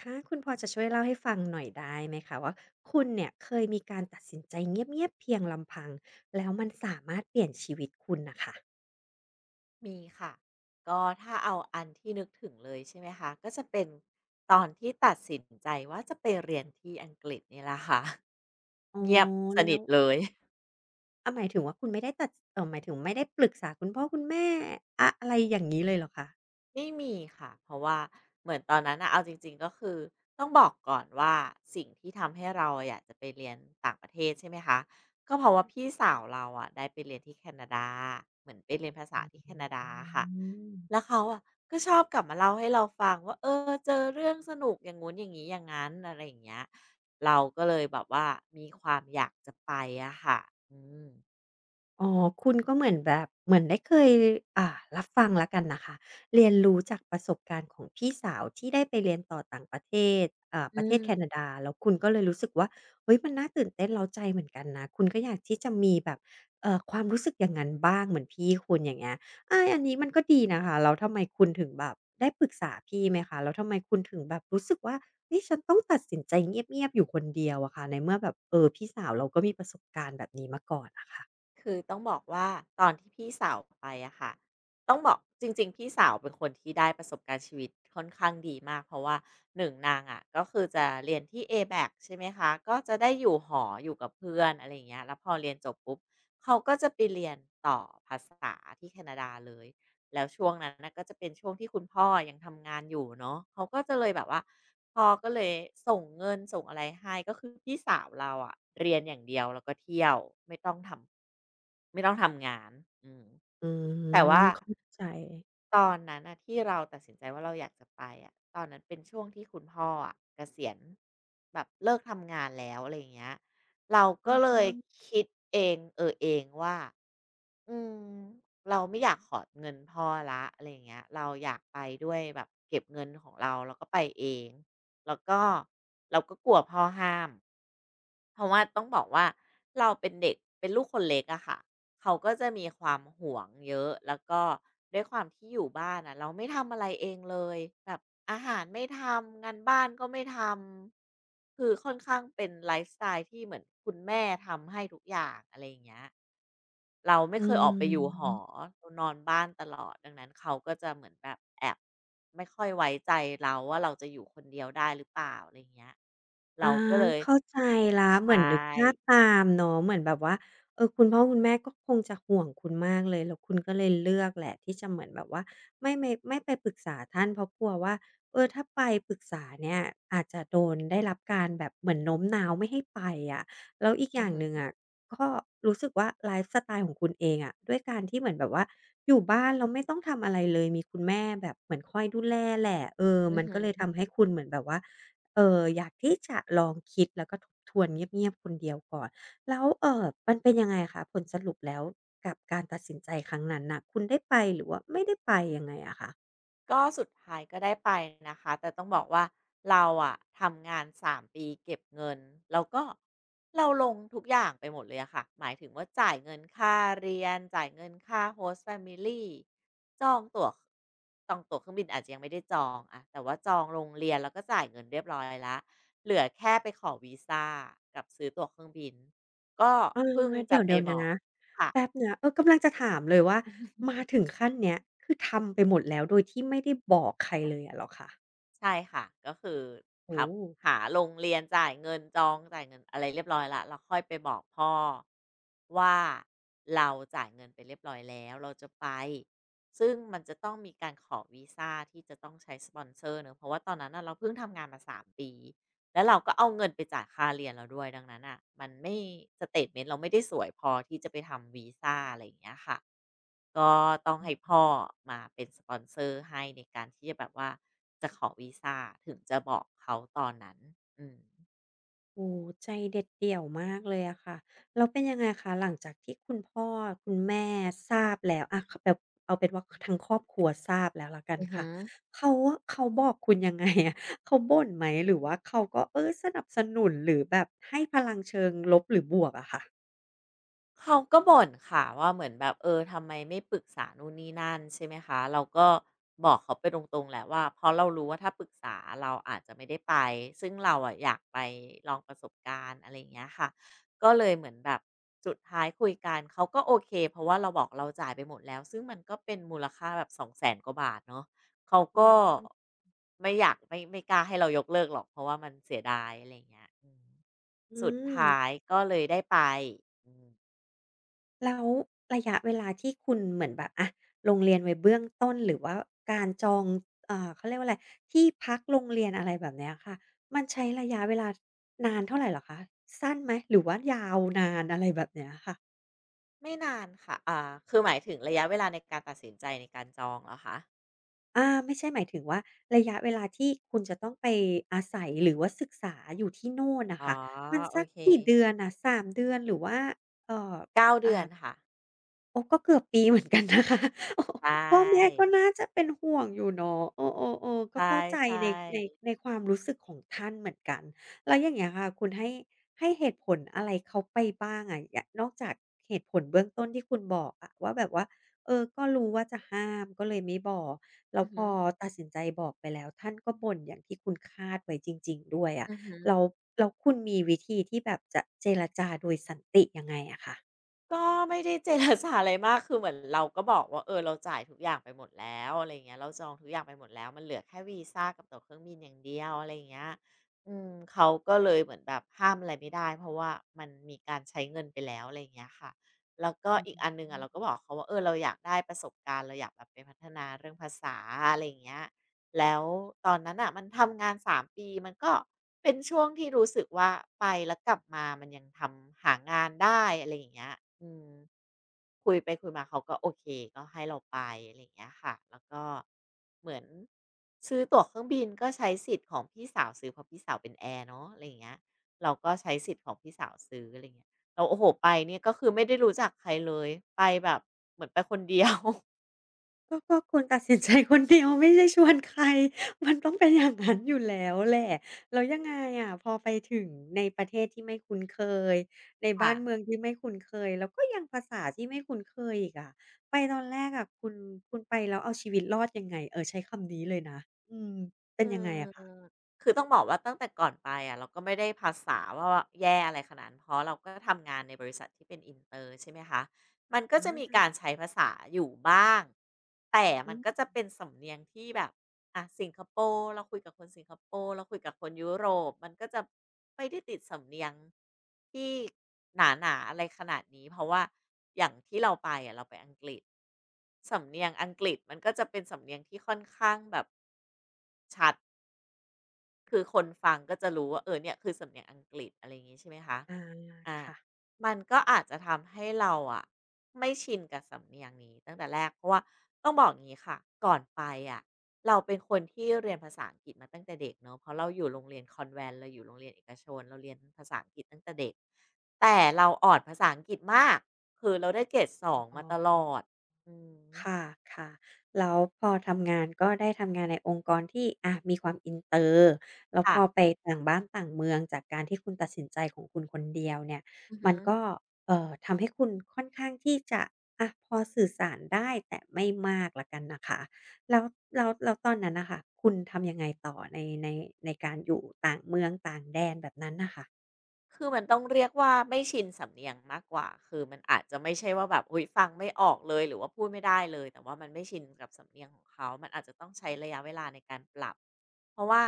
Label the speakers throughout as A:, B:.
A: ค่ะคุณพอจะช่วยเล่าให้ฟังหน่อยได้ไหมคะว่าคุณเนี่ยเคยมีการตัดสินใจเงียบๆเพียงลำพังแล้วมันสามารถเปลี่ยนชีวิตคุณน่ะค่ะ
B: มีค่ะก็ถ้าเอาอันที่นึกถึงเลยใช่ไหมคะก็จะเป็นตอนที่ตัดสินใจว่าจะไปเรียนที่อังกฤษนี่แหละค่ะ
A: อ๋อ
B: เงียบส
A: แล้
B: นิท
A: ว
B: เลย
A: หมายถึงว่าคุณไม่ได้ตัดหมายถึงไม่ได้ปรึกษาคุณพ่อคุณแม่อะอะไรอย่างงี้เลยเหรอคะ
B: ไม่มีค่ะเพราะว่าเหมือนตอนนั้นนะเอาจริงๆก็คือต้องบอกก่อนว่าสิ่งที่ทำให้เราอยากจะไปเรียนต่างประเทศใช่ไหมคะก็เพราะว่าพี่สาวเราได้ไปเรียนที่แคนาดาเหมือนไปเรียนภาษาที่
A: อื
B: แคนาดาค่ะ
A: ม
B: แล้วเขาก็ชอบกลับมาเล่าให้เราฟังว่าเออเจอเรื่องสนุกอย่างงู้นอย่างนี้อย่างนั้นอะไรอย่างเงี้ยเราก็เลยแบบว่ามีความอยากจะไปอะค่ะอืม
A: อ๋อคุณก็เหมือนแบบเหมือนได้เคยอ่ารับฟังแล้วกันนะคะ เรียนรู้จากประสบการณ์ของพี่สาวที่ได้ไปเรียนต่อต่างประเทศ ป
B: อื
A: ระเทศแคนา
B: ม
A: ดา แล้วคุณก็เลยรู้สึกว่าเฮ้ยมันน่าตื่นเต้นเร้าใจเหมือนกันนะคุณก็อยากที่จะมีแบบความรู้สึกอย่างนั้นบ้างเหมือนพี่คุณอย่างเงี้ยอันนี้มันก็ดีนะคะแล้วทำไมคุณถึงแบบได้ปรึกษาพี่ไหมคะแล้วทำไมคุณถึงแบบรู้สึกว่าเฮ้ยฉันต้องตัดสินใจเงียบๆอยู่คนเดียวอะค่ะในเมื่อแบบเออพี่สาวเราก็มีประสบการณ์แบบนี้มาก่อนอะค่ะ
B: คือต้องบอกว่าตอนที่พี่สาวไปอะค่ะต้องบอกจริงๆพี่สาวเป็นคนที่ได้ประสบการณ์ชีวิตค่อนข้างดีมากเพราะว่าหนึ่งนางก็คือจะเรียนที่ A-BAC ใช่ไหมคะก็จะได้อยู่หออยู่กับเพื่อนอะไรอย่างเงี้ยแล้วพอเรียนจบปุ๊บเขาก็จะไปเรียนต่อภาษาที่แคนาดาเลย แล้วช่วงนั้นน่ะก็จะเป็นช่วงที่คุณพ่อยังทำงานอยู่เนาะเขาก็จะเลยแบบว่าพ่อก็เลยส่งเงินส่งอะไรให้ก็คือพี่สาวเราเรียนอย่างเดียวแล้วก็เที่ยวไม่ต้องทไม่ต้องทำงานอืม
A: อื
B: แต่ว่า
A: มเข้าใจ
B: ตอนนั้นน่ะที่เราตัดสินใจว่าเราอยากจะไปอะตอนนั้นเป็นช่วงที่คุณพ่อเกษียณแบบเลิกทำงานแล้วอะไรอย่างเงี้ยเราก็
A: อะ
B: เลย
A: ฮะ
B: คิดเองเออเองว่าอืมเราไม่อยากขอเงินพ่อแล้วอะไรอย่างเงี้ยเราอยากไปด้วยแบบเก็บเงินของเราแล้วก็ไปเองแล้วก็เราก็กลัวพ่อห้ามเพราะว่าต้องบอกว่าเราเป็นเด็กเป็นลูกคนเล็กอะค่ะ เขาก็จะมีความหวงเยอะแล้วก็ด้วยความที่อยู่บ้านเราไม่ทำอะไรเองเลยแบบอาหารไม่ทำงานบ้านก็ไม่ทำคือค่อนข้างเป็นไลฟ์สไตล์ที่เหมือนคุณแม่ทำให้ทุกอย่างอะไรอย่างเงี้ยเราไม่
A: อื
B: เคยออกไปอยู่หอ
A: ม
B: เรานอนบ้านตลอดดังนั้นเขาก็จะเหมือนแบบแอบไม่ค่อยไว้ใจเราว่าเราจะอยู่คนเดียวได้หรือเปล่าอะไรอย่างเงี้ยเรา
A: อา
B: ก็เลย
A: เข้าใจแล้วเหมือน
B: ใช่
A: นึกภาพตามเนาะเหมือนแบบว่าเออคุณพ่อคุณแม่ก็คงจะห่วงคุณมากเลยแล้วคุณก็เลยเลือกแหละที่จะเหมือนแบบว่าไม่ไปปรึกษาท่านเพราะกลัวว่าเออถ้าไปปรึกษาเนี่ยอาจจะโดนได้รับการแบบเหมือนโน้มน้าวไม่ให้ไปอะแล้วอีกอ
B: อือ
A: ย่าง
B: ฮึ
A: หนึ่งอะก็รู้สึกว่าไลฟ์สไตล์ของคุณเองอะด้วยการที่เหมือนแบบว่าอยู่บ้านแล้วไม่ต้องทำอะไรเลยมีคุณแม่แบบเหมือนคอยดูแลแหละเออ
B: อือ
A: มัน
B: ฮึ
A: ก็เลยทำให้คุณเหมือนแบบว่า เอออยากที่จะลองคิดแล้วก็ทบทวนเงียบๆคนเดียวก่อนแล้วเออมันเป็นยังไงคะผลสรุปแล้วกับการตัดสินใจครั้งนั้นนะคุณได้ไปหรือว่าไม่ได้ไปยังไงอะคะ
B: ก็สุดท้ายก็ได้ไปนะคะแต่ต้องบอกว่าเราทำงาน3ปีเก็บเงินแล้วก็เราลงทุกอย่างไปหมดเลยอะค่ะหมายถึงว่าจ่ายเงินค่าเรียนจ่ายเงินค่า Host Family จองตั๋วจองตั๋วเครื่องบินอาจจะยังไม่ได้จองอะแต่ว่าจองโรงเรียนแล้วก็จ่ายเงินเรียบร้อยแล้วเหลือแค่ไปขอวีซากับซื้อตั๋วเครื่องบินก็
A: เอา
B: เพิ่งจะ
A: เดี๋ยว
B: ไป
A: เดี๋ย
B: บ
A: ว
B: อก
A: นะ
B: ค่ะ
A: แป๊บนะเออกำลังจะถามเลยว่ามาถึงขั้นเนี้ยคือทำไปหมดแล้วโดยที่ไม่ได้บอกใครเลยอะเหรอคะ
B: ใช่ค่ะก็คือท
A: โอ้
B: ำหาโรงเรียนจ่ายเงินจองจ่ายเงินอะไรเรียบร้อยละเราค่อยไปบอกพ่อว่าเราจ่ายเงินไปเรียบร้อยแล้วเราจะไปซึ่งมันจะต้องมีการขอวีซาที่จะต้องใช้สปอนเซอร์เนอะเพราะว่าตอนนั้นน่ะเราเพิ่งทำงานมา3ปีแล้วเราก็เอาเงินไปจ่ายค่าเรียนเราด้วยดังนั้นอ่ะมันไม่สเตตเมนต์เราไม่ได้สวยพอที่จะไปทำวีซาอะไรอย่างเงี้ยค่ะ ก็ต้องให้พ่อมาเป็นสปอนเซอร์ให้ในการที่จะแบบว่าจะขอวีซาถึงจะบอกเขาตอนนั้นอืม
A: โอ้โฮใจเด็ดเดี่ยวมากเลยอะค่ะแล้วเป็นยังไงคะหลังจากที่คุณพ่อคุณแม่ทราบแล้วอะขแบบเอาเป็นว่าคทั้งครอบครัวทราบแล้วแล้วกัน
B: อือฮึ
A: ค่ะเขาบอกคุณยังไงอะ เขาบ่นไหมหรือว่าเขาก็เออสนับสนุนหรือแบบให้พลังเชิงลบหรือบวกอะค่ะ
B: เขาก็บ่นค่ะว่าเหมือนแบบเออทำไมไม่ปรึกษานู่นนี่นั่นใช่ไหมคะเราก็บอกเขาไปตรงๆแหละว่าเพราะเรารู้ว่าถ้าปรึกษาเราอาจจะไม่ได้ไปซึ่งเราอ่ะอยากไปลองประสบการณ์อะไรอย่างเงี้ยค่ะก็เลยเหมือนแบบสุดท้ายคุยกันเขาก็โอเคเพราะว่าเราบอกเราจ่ายไปหมดแล้วซึ่งมันก็เป็นมูลค่าแบบ200,000 กว่าบาทเนาะเขาก็
A: ออ
B: ไม่อยากไม่ไม่กล้าให้เรายกเลิกหรอกเพราะว่ามันเสียดายอะไรอย่างเงี้ยอืม
A: อื
B: สุดท้า
A: ม
B: ยก็เลยได้ไปอืม
A: แล้วระยะเวลาที่คุณเหมือนแบบอะลงเรียนไว้เบื้องต้นหรือว่าการจองเขาเรียกว่าอะไรที่พักโรงเรียนอะไรแบบเนี้ยค่ะมันใช้ระยะเวลานานเท่าไรเหรอคะสั้นไหมหรือว่ายาวนานอะไรแบบเนี้ยค่ะ
B: ไม่นานค่ะ คือหมายถึงระยะเวลาในการตัดสินใจในการจองเหรอคะ
A: ไม่ใช่หมายถึงว่าระยะเวลาที่คุณจะต้องไปอาศัยหรือว่าศึกษาอยู่ที่โน่นน่ะ
B: อ๋อ
A: ค่ะมัน
B: โอ
A: สัก
B: เค
A: กี่เดือนน่ะสามเดือนหรือว่าเอ่อ
B: เก้าเดือ
A: อ่า
B: นค่ะ
A: โอ้ก็เกือบปีเหมือนกันนะคะ โอ้
B: ใช
A: พ่อแม่
B: ่
A: ก็น่าจะเป็นห่วงอยู่เนาะเออๆๆก็เข้าใจ
B: ใช่
A: ในในในความรู้สึกของท่านเหมือนกันแล้วอย่างเงี้ยค่ะคุณให้เหตุผลอะไรเขาไปบ้างอะยนอกจากเหตุผลเบื้องต้นที่คุณบอกอะว่าแบบว่าเออก็รู้ว่าจะห้ามก็เลยไม่บอก
B: ๆ
A: แล้
B: อื
A: ว
B: อ
A: พ
B: ฮึ
A: อตัดสินใจบอกไปแล้วท่านก็บ่นอย่างที่คุณคาดไว้จริงๆด้วยอะ
B: อือฮึ
A: แล้วแล้วคุณมีวิธีที่แบบจะเจรจาโดยสันติยังไงอะคะ
B: ก็ไม่ได้เจรจาอะไรมากคือเหมือนเราก็บอกว่าเออเราจ่ายทุกอย่างไปหมดแล้วอะไรอย่างเงี้ยเราจองทุกอย่างไปหมดแล้วมันเหลือแค่วีซากับตั๋วเครื่องบินอย่างเดียวอะไรอย่างเงี้ยเขาก็เลยเหมือนแบบห้ามอะไรไม่ได้เพราะว่ามันมีการใช้เงินไปแล้วอะไรอย่างเงี้ยค่ะแล้วก็
A: อื
B: อีกอัน
A: อ
B: หนึ่งอะเราก็บอกเขาว่าเออเราอยากได้ประสบการณ์เราอยากแบบไปพัฒนาเรื่องภาษาอะไรอย่างเงี้ย แล้วตอนนั้นอ่ะมันทำงาน3ปีมันก็เป็นช่วงที่รู้สึกว่าไปแล้วกลับมามันยังทำหางานได้อะไรอย่างเงี้ยอืมคุยไปคุยมาเขาก็โอเคก็ให้เราไปอะไรอย่างเงี้ยค่ะแล้วก็เหมือนซื้อตั๋วเครื่องบินก็ใช้สิทธิ์ของพี่สาวซื้อเพราะพี่สาวเป็นแอร์เนาะอะไรอย่างเงี้ยเราก็ใช้สิทธิ์ของพี่สาวซื้ออะไรอย่างเงี้ยเราโอ้โหไปเนี่ยก็คือไม่ได้รู้จักใครเลยไปแบบเหมือนไปคนเดียว
A: ก็คุณตัดสินใจคนเดียวไม่ได้ชวนใคร มันต้องเป็นอย่างงั้นอยู่แล้วแหละแล้วยังไงอะพอไปถึงในประเทศที่ไม่คุ้นเคยในบ้า
B: ค่ะ
A: นเมืองที่ไม่คุ้นเคยแล้วก็ยังภาษาที่ไม่คุ้นเคยอีกอะไปตอนแรกอะคุณไปแล้วเอาชีวิตรอดยังไงเออใช้คำนี้เลยนะอืมเป็น
B: อื
A: ยังไงอะคะ
B: มคือต้องบอกว่าตั้งแต่ก่อนไปอะเราก็ไม่ได้ภาษาว่าแย่อะไรขนาดนั้นเพราะเราก็ทำงานในบริษัทที่เป็นอินเตอร์ใช่ไหมคะมันก็
A: อ
B: จะมีการ
A: า
B: ใช้ภาษาอยู่บ้างแต่
A: อื
B: มันก็จะ
A: ม
B: เป็นสำเนียงที่แบบอะสิงคโปร์เราคุยกับคนสิงคโปร์เราคุยกับคนยุโรปมันก็จะไม่ได้ติดสำเนียงที่หนาๆอะไรขนาดนี้เพราะว่าอย่างที่เราไปอะเราไปอังกฤษสำเนียงอังกฤษมันก็จะเป็นสำเนียงที่ค่อนข้างแบบชัด คือคนฟังก็จะรู้ว่าเออเนี่ยคือสำเนียงอังกฤษอะไรอย่างงี้ใช่ไหมคะ
A: อา
B: อ่า
A: ค่ะ
B: มันก็อาจจะทำให้เราอะไม่ชินกับสำเนียงนี้ตั้งแต่แรกเพราะว่าต้องบอกงี้ค่ะก่อนไปอะเราเป็นคนที่เรียนภาษาอังกฤษมาตั้งแต่เด็กเนาะเพราะเราอยู่โรงเรียนคอนแวนต์เราอยู่โรงเรียนเอกชนเราเรียนภาษาอังกฤษตั้งแต่เด็กแต่เราอ่อนภาษาอังกฤษมากคือเราได้เกรดสองมาตล
A: อ๋อ
B: อดอืม
A: ค่ะค่ะแล้วพอทำงานก็ได้ทำงานในองค์กรที่อะมีความอินเตอร์แล้วพ
B: ค่ะ
A: อไปต่างบ้านต่างเมืองจากการที่คุณตัดสินใจของคุณคนเดียวเนี่ย
B: อือฮึ
A: มันก็ทำให้คุณค่อนข้างที่จะอะพอสื่อสารได้แต่ไม่มากแล้วกันนะคะแล้วแล้วตอนนั้นน่ะค่ะคุณทำยังไงต่อในการอยู่ต่างเมืองต่างแดนแบบนั้นน่ะค่ะ
B: คือมันต้องเรียกว่าไม่ชินสำเนียงมากกว่าคือมันอาจจะไม่ใช่ว่าแบบอุ้ยฟังไม่ออกเลยหรือว่าพูดไม่ได้เลยแต่ว่ามันไม่ชินกับสำเนียงของเขามันอาจจะต้องใช้ระยะเวลาในการปรับเพราะว่า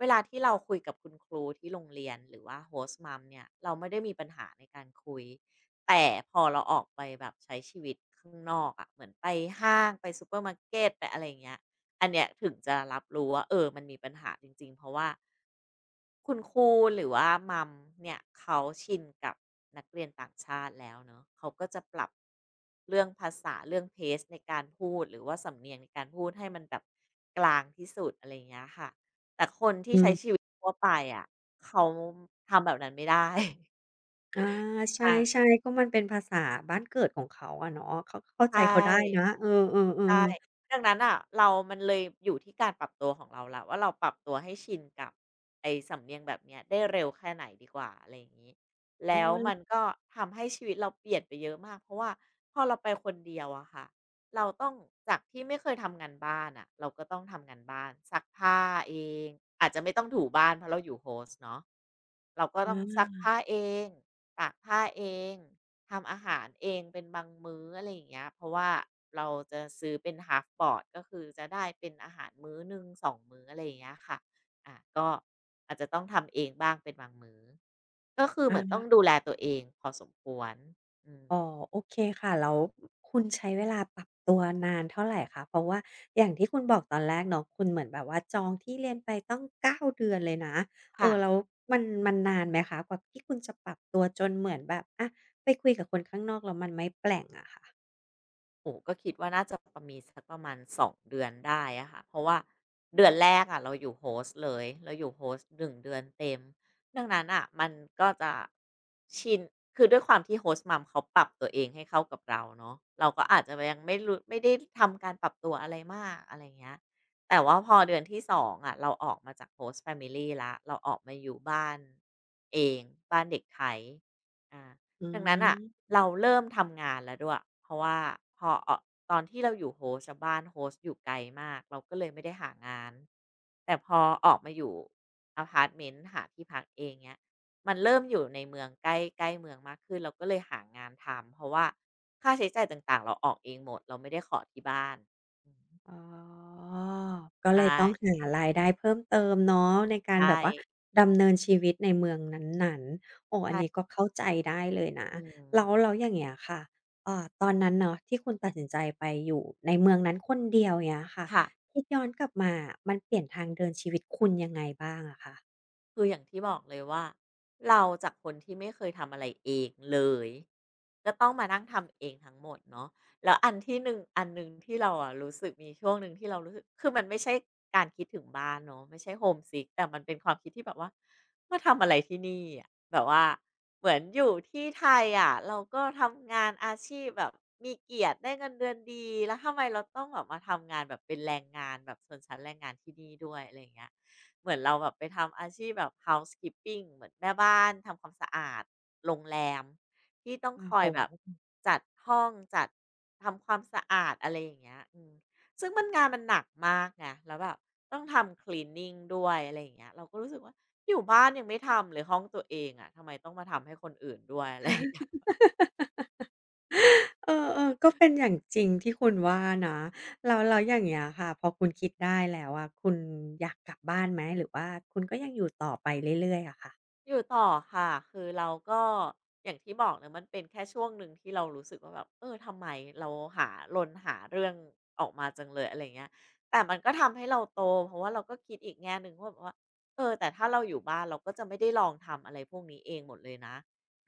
B: เวลาที่เราคุยกับคุณครูที่โรงเรียนหรือว่า Host Mum เนี่ยเราไม่ได้มีปัญหาในการคุยแต่พอเราออกไปแบบใช้ชีวิตข้างนอกอะะเหมือนไปห้างไปซูเปอร์มาร์เกตไปอะไรอย่างเงี้ยอันเนี้ยถึงจะรับรู้ว่าเออมันมีปัญหาจริงๆเพราะว่า คุณครูหรือว่ามัมเนี่ยเขาชินกับนักเรียนต่างชาติแล้วเนอะเขาก็จะปรับเรื่องภาษาเรื่องเทสในการพูดหรือว่าสำเนียงในการพูดให้มันแบบกลางที่สุดอะไรอย่างเงี้ยค่ะแต่คนที่
A: อื
B: ใช้ชี
A: ม
B: วิตทั่วไปอะเขาทำแบบนั้นไม่ได้
A: อาใช
B: อา
A: ่ๆก็มันเป็นภาษาบ้านเกิดของเขาอะเนาะเข้าเข้า
B: ใช่
A: ใจเขาได้นะเออ
B: ใช่
A: ๆๆ
B: ดังนั้นอ่ะเรามันเลยอยู่ที่การปรับตัวของเราแล้วว่าเราปรับตัวให้ชินกับไอ้สำเนียงแบบเนี้ยได้เร็วแค่ไหนดีกว่าอะไรอย่างงี้
A: อ๋
B: แล้วมัน
A: อ
B: ก็ทำให้ชีวิตเราเปลี่ยนไปเยอะมากเพราะว่าพอเราไปคนเดียวอะค่ะเราต้องจากที่ไม่เคยทำงานบ้านอะเราก็ต้องทำงานบ้านซักผ้าเองอาจจะไม่ต้องถูบ้านเพราะเราอยู่โฮสต์เนาะเราก็ต้องซั
A: อา
B: กผ้าเองตากผ้าเอง ทำอาหารเองเป็นบางมื้ออะไรอย่างเงี้ยเพราะว่าเราจะซื้อเป็น Half board ก็คือจะได้เป็นอาหารมื้อหนึ่ง2มื้ออะไรอย่างเงี้ยค่ะอะก็อาจจะต้องทำเองบ้างเป็นบางมื้อก็คือ
A: อ
B: เหมือนต้อง
A: า
B: ดูแลตัวเองพอสมควรอืม
A: อ๋อโอเคค่ะแล้วคุณใช้เวลาปรับตัวนานเท่าไรคะเพราะว่าอย่างที่คุณบอกตอนแรกเนาะคุณเหมือนแบบว่าจองที่เรียนไปตั้ง9เดือนเลยนะเอ
B: ค่ะ
A: อแล้วมันนานไหมคะกว่าที่คุณจะปรับตัวจนเหมือนแบบอะไปคุยกับคนข้างนอกแล้วมันไม่แปลงอะค่ะ
B: โอ้โฮก็คิดว่าน่าจะประมีสักประมาณ2 เดือนได้อะค่ะเพราะว่า
A: อื
B: เดือนแร
A: ม
B: กอะเราอยู่โฮสต์เลยเราอยู่โฮสต์1 เดือนเต็มดังนั้นน่ะมันก็จะชินคือด้วยความที่โฮสต์มัมเขาปรับตัวเองให้เข้ากับเราเนาะเราก็อาจจะยังไม่รู้ไม่ได้ทำการปรับตัวอะไรมากอะไรอย่างเงี้ยแต่ว่าพอเดือนที่ 2อะเราออกมาจากโฮสต์แฟมิลีแล้วเราออกมาอยู่บ้านเองบ้านเด็กไทยอา
A: อื
B: ดังนั้นอ่ะ
A: ม
B: เราเริ่มทำงานแล้วด้วยเพราะว่าพอตอนที่เราอยู่โฮสต์อะบ้านโฮสต์อยู่ไกลมากเราก็เลยไม่ได้หางานแต่พอออกมาอยู่อพาร์ตเมนต์หาที่พักเองเนี้ยมันเริ่มอยู่ในเมืองใกล้ใกล้เมืองมากขึ้นเราก็เลยหางานทำเพราะว่าค่าใช้จ่ายต่างๆเราออกเองหมดเราไม่ได้ขอที่บ้านอืม
A: อ๋อก็เลยต้อง
B: ใช่
A: หารายได้เพิ่มเติมเนาะในการ
B: ใช่
A: แบบว่าดำเนินชีวิตในเมืองนั้นๆโอ้อันนี้ก็เข้าใจได้เลยนะ
B: อื
A: แล้ว
B: ม
A: แล้วอย่างเงี้ยค่ะตอนนั้นเนาะที่คุณตัดสินใจไปอยู่ในเมืองนั้นคนเดียวเงี้ยค่ะ
B: ค่ะ
A: คิดย้อนกลับมาอะมันเปลี่ยนทางเดินชีวิตคุณยังไงบ้างอะคะ
B: คืออย่างที่บอกเลยว่าเราจากคนที่ไม่เคยทำอะไรเองเลยก็ต้องมานั่งทำเองทั้งหมดเนาะแล้วอันหนึ่งที่เราอะรู้สึกมีช่วงหนึ่งที่เรารู้สึกคือมันไม่ใช่การคิดถึงบ้านเนาะไม่ใช่โ o ม e ิ i c แต่มันเป็นความคิดที่แบบว่ามาทำอะไรที่นี่อะแบบว่าเหมือนอยู่ที่ไทยอะเราก็ทำงานอาชีพแบบมีเกียรติได้เงินเดือนดีแล้วทำไมเราต้องแบบมาทำงานแบบเป็นแรงงานแบบชนชั้นแรงงานที่นี่ด้วยอะไรอย่างเงี้ย เหมือนเราแบบไปทำอาชีพแบบ housekeeping เหมือนแม่บ้านทำความสะอาดโรงแรมที่ต้องคอย
A: โอ้
B: แบบ
A: โฮ
B: จัดห้องจัดทำความสะอาดอะไรอย่างเงี้ยอืมซึ่งมันงานมันหนักมากไงแล้วแบบต้องทำ cleaning ด้วยอะไรอย่างเงี้ยเราก็รู้สึกว่าอยู่บ้านยังไม่ทำเลยห้องตัวเองอะะทำไมต้องมาทำให้คนอื่นด้วยอะไร
A: เออเออก็เป็นอย่างจริงที่คุณว่านะ เราอย่างเงี้ยค่ะพอคุณคิดได้แล้วอะคุณอยากกลับบ้านไหม หรือว่าคุณก็ยังอยู่ต่อไปเรื่อยๆอะค่ะ
B: อยู่ต่อค่ะคือเราก็อย่างที่บอกนะมันเป็นแค่ช่วงหนึ่งที่เรารู้สึกว่าแบบเออทำไมเราหารนหาเรื่องออกมาจังเลยอะไรอ่เงี้ยแต่มันก็ทำให้เราโตเพราะว่าเราก็คิดอีกแง่หนึ่งว่าแบบว่าเออแต่ถ้าเราอยู่บ้านเราก็จะไม่ได้ลองทำอะไรพวกนี้เองหมดเลยนะ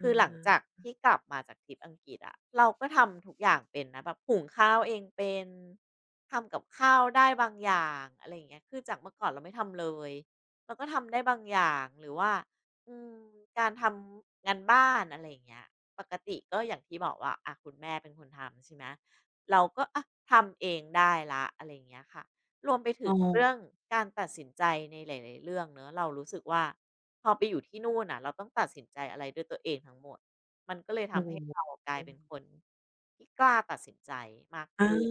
A: อ
B: คือหลังจาก
A: า
B: ที่กลับมาจากทริปอังกฤษอะเราก็ทำทุกอย่างเป็นนะแบบหุงข้าวเองเป็นทำกับข้าวได้บางอย่างอะไรเงี้ยคือจากเมื่อก่อนเราไม่ทำเลยเราก็ทำได้บางอย่างหรือว่า อืมการทำงานบ้านอะไรอย่างเงี้ยปกติก็อย่างที่บอกว่าอะคุณแม่เป็นคนทำใช่ไหมเราก็อะทำเองได้และอะไรอย่างเงี้ยค่ะรวมไปถึ
A: อ๋อ
B: งเรื่องการตัดสินใจในหลายๆเรื่องเนอะเรารู้สึกว่าพอไปอยู่ที่นู่นน่ะเราต้องตัดสินใจอะไรด้วยตัวเองทั้งหมดมันก็เลย
A: โอ้
B: ทำให้เรากลายเป็นคนที่กล้าตัดสินใจมาก
A: อา
B: ขึ้น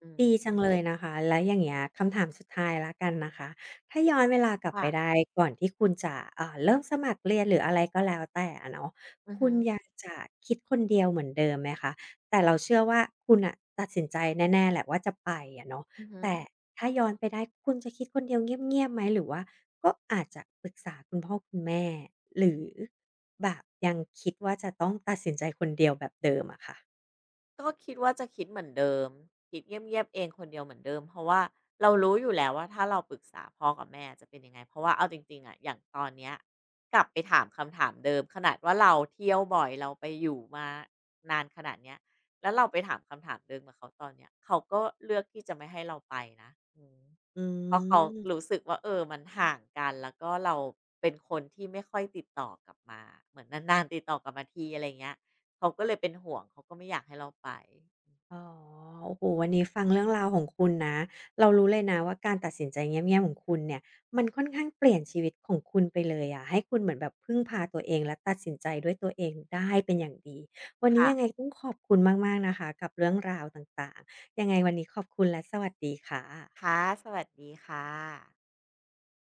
B: อืม
A: ดีจังเลยนะคะแล้วอย่างเงี้ยคำถามสุดท้ายแล้วกันนะคะถ้าย้อนเวลากลับไป
B: ค่ะ
A: ได้ก่อนที่คุณจะเริ่มสมัครเรียนหรืออะไรก็แล้วแต่อะเนาะ
B: อือ
A: คุ
B: ฮึ
A: ณอยากจะคิดคนเดียวเหมือนเดิมไหมคะแต่เราเชื่อว่าคุณน่ะตัดสินใจแน่ๆแหละว่าจะไปอะเนาะ
B: อือฮึ
A: แต่ถ้าย้อนไปได้คุณจะคิดคนเดียวเงียบๆไหมหรือว่าก็อาจจะปรึกษาคุณพ่อคุณแม่หรือแบบยังคิดว่าจะต้องตัดสินใจคนเดียวแบบเดิมอะค่ะ
B: ก็คิดว่าจะคิดเหมือนเดิมคิดเงียบๆเองคนเดียวเหมือนเดิมเพราะว่าเรารู้อยู่แล้วว่าถ้าเราปรึกษาพ่อกับแม่จะเป็นยังไงเพราะว่าเอาจริงๆอะอย่างตอนเนี้ยกลับไปถามคำถามเดิมขนาดว่าเราเที่ยวบ่อยเราไปอยู่มานานขนาดเนี้ยแล้วเราไปถามคำถามเดิมกับเขาตอนเนี้ยเขาก็เลือกที่จะไม่ให้เราไปนะอืม
A: อื
B: เพราะเขารู้
A: ม
B: สึกว่าเออมันห่างกันแล้วก็เราเป็นคนที่ไม่ค่อยติดต่อกลับมาเหมือนนานๆติดต่อกลับมาทีอะไรเงี้ย เขาก็เลยเป็นห่วงเขาก็ไม่อยากให้เราไป
A: อ๋อโอ้โฮวันนี้ฟังเรื่องราวของคุณนะเรารู้เลยนะว่าการตัดสินใจเงียบๆของคุณเนี่ย มันค่อนข้างเปลี่ยนชีวิตของคุณไปเลยอะให้คุณเหมือนแบบพึ่งพาตัวเองและตัดสินใจด้วยตัวเองได้เป็นอย่างดี วันนี้
B: ค่ะ
A: ยังไงต้องขอบคุณมากๆนะคะกับเรื่องราวต่างๆยังไงวันนี้ขอบคุณและสวัสดีค่ะ
B: ค่ะสวัสดีค่ะ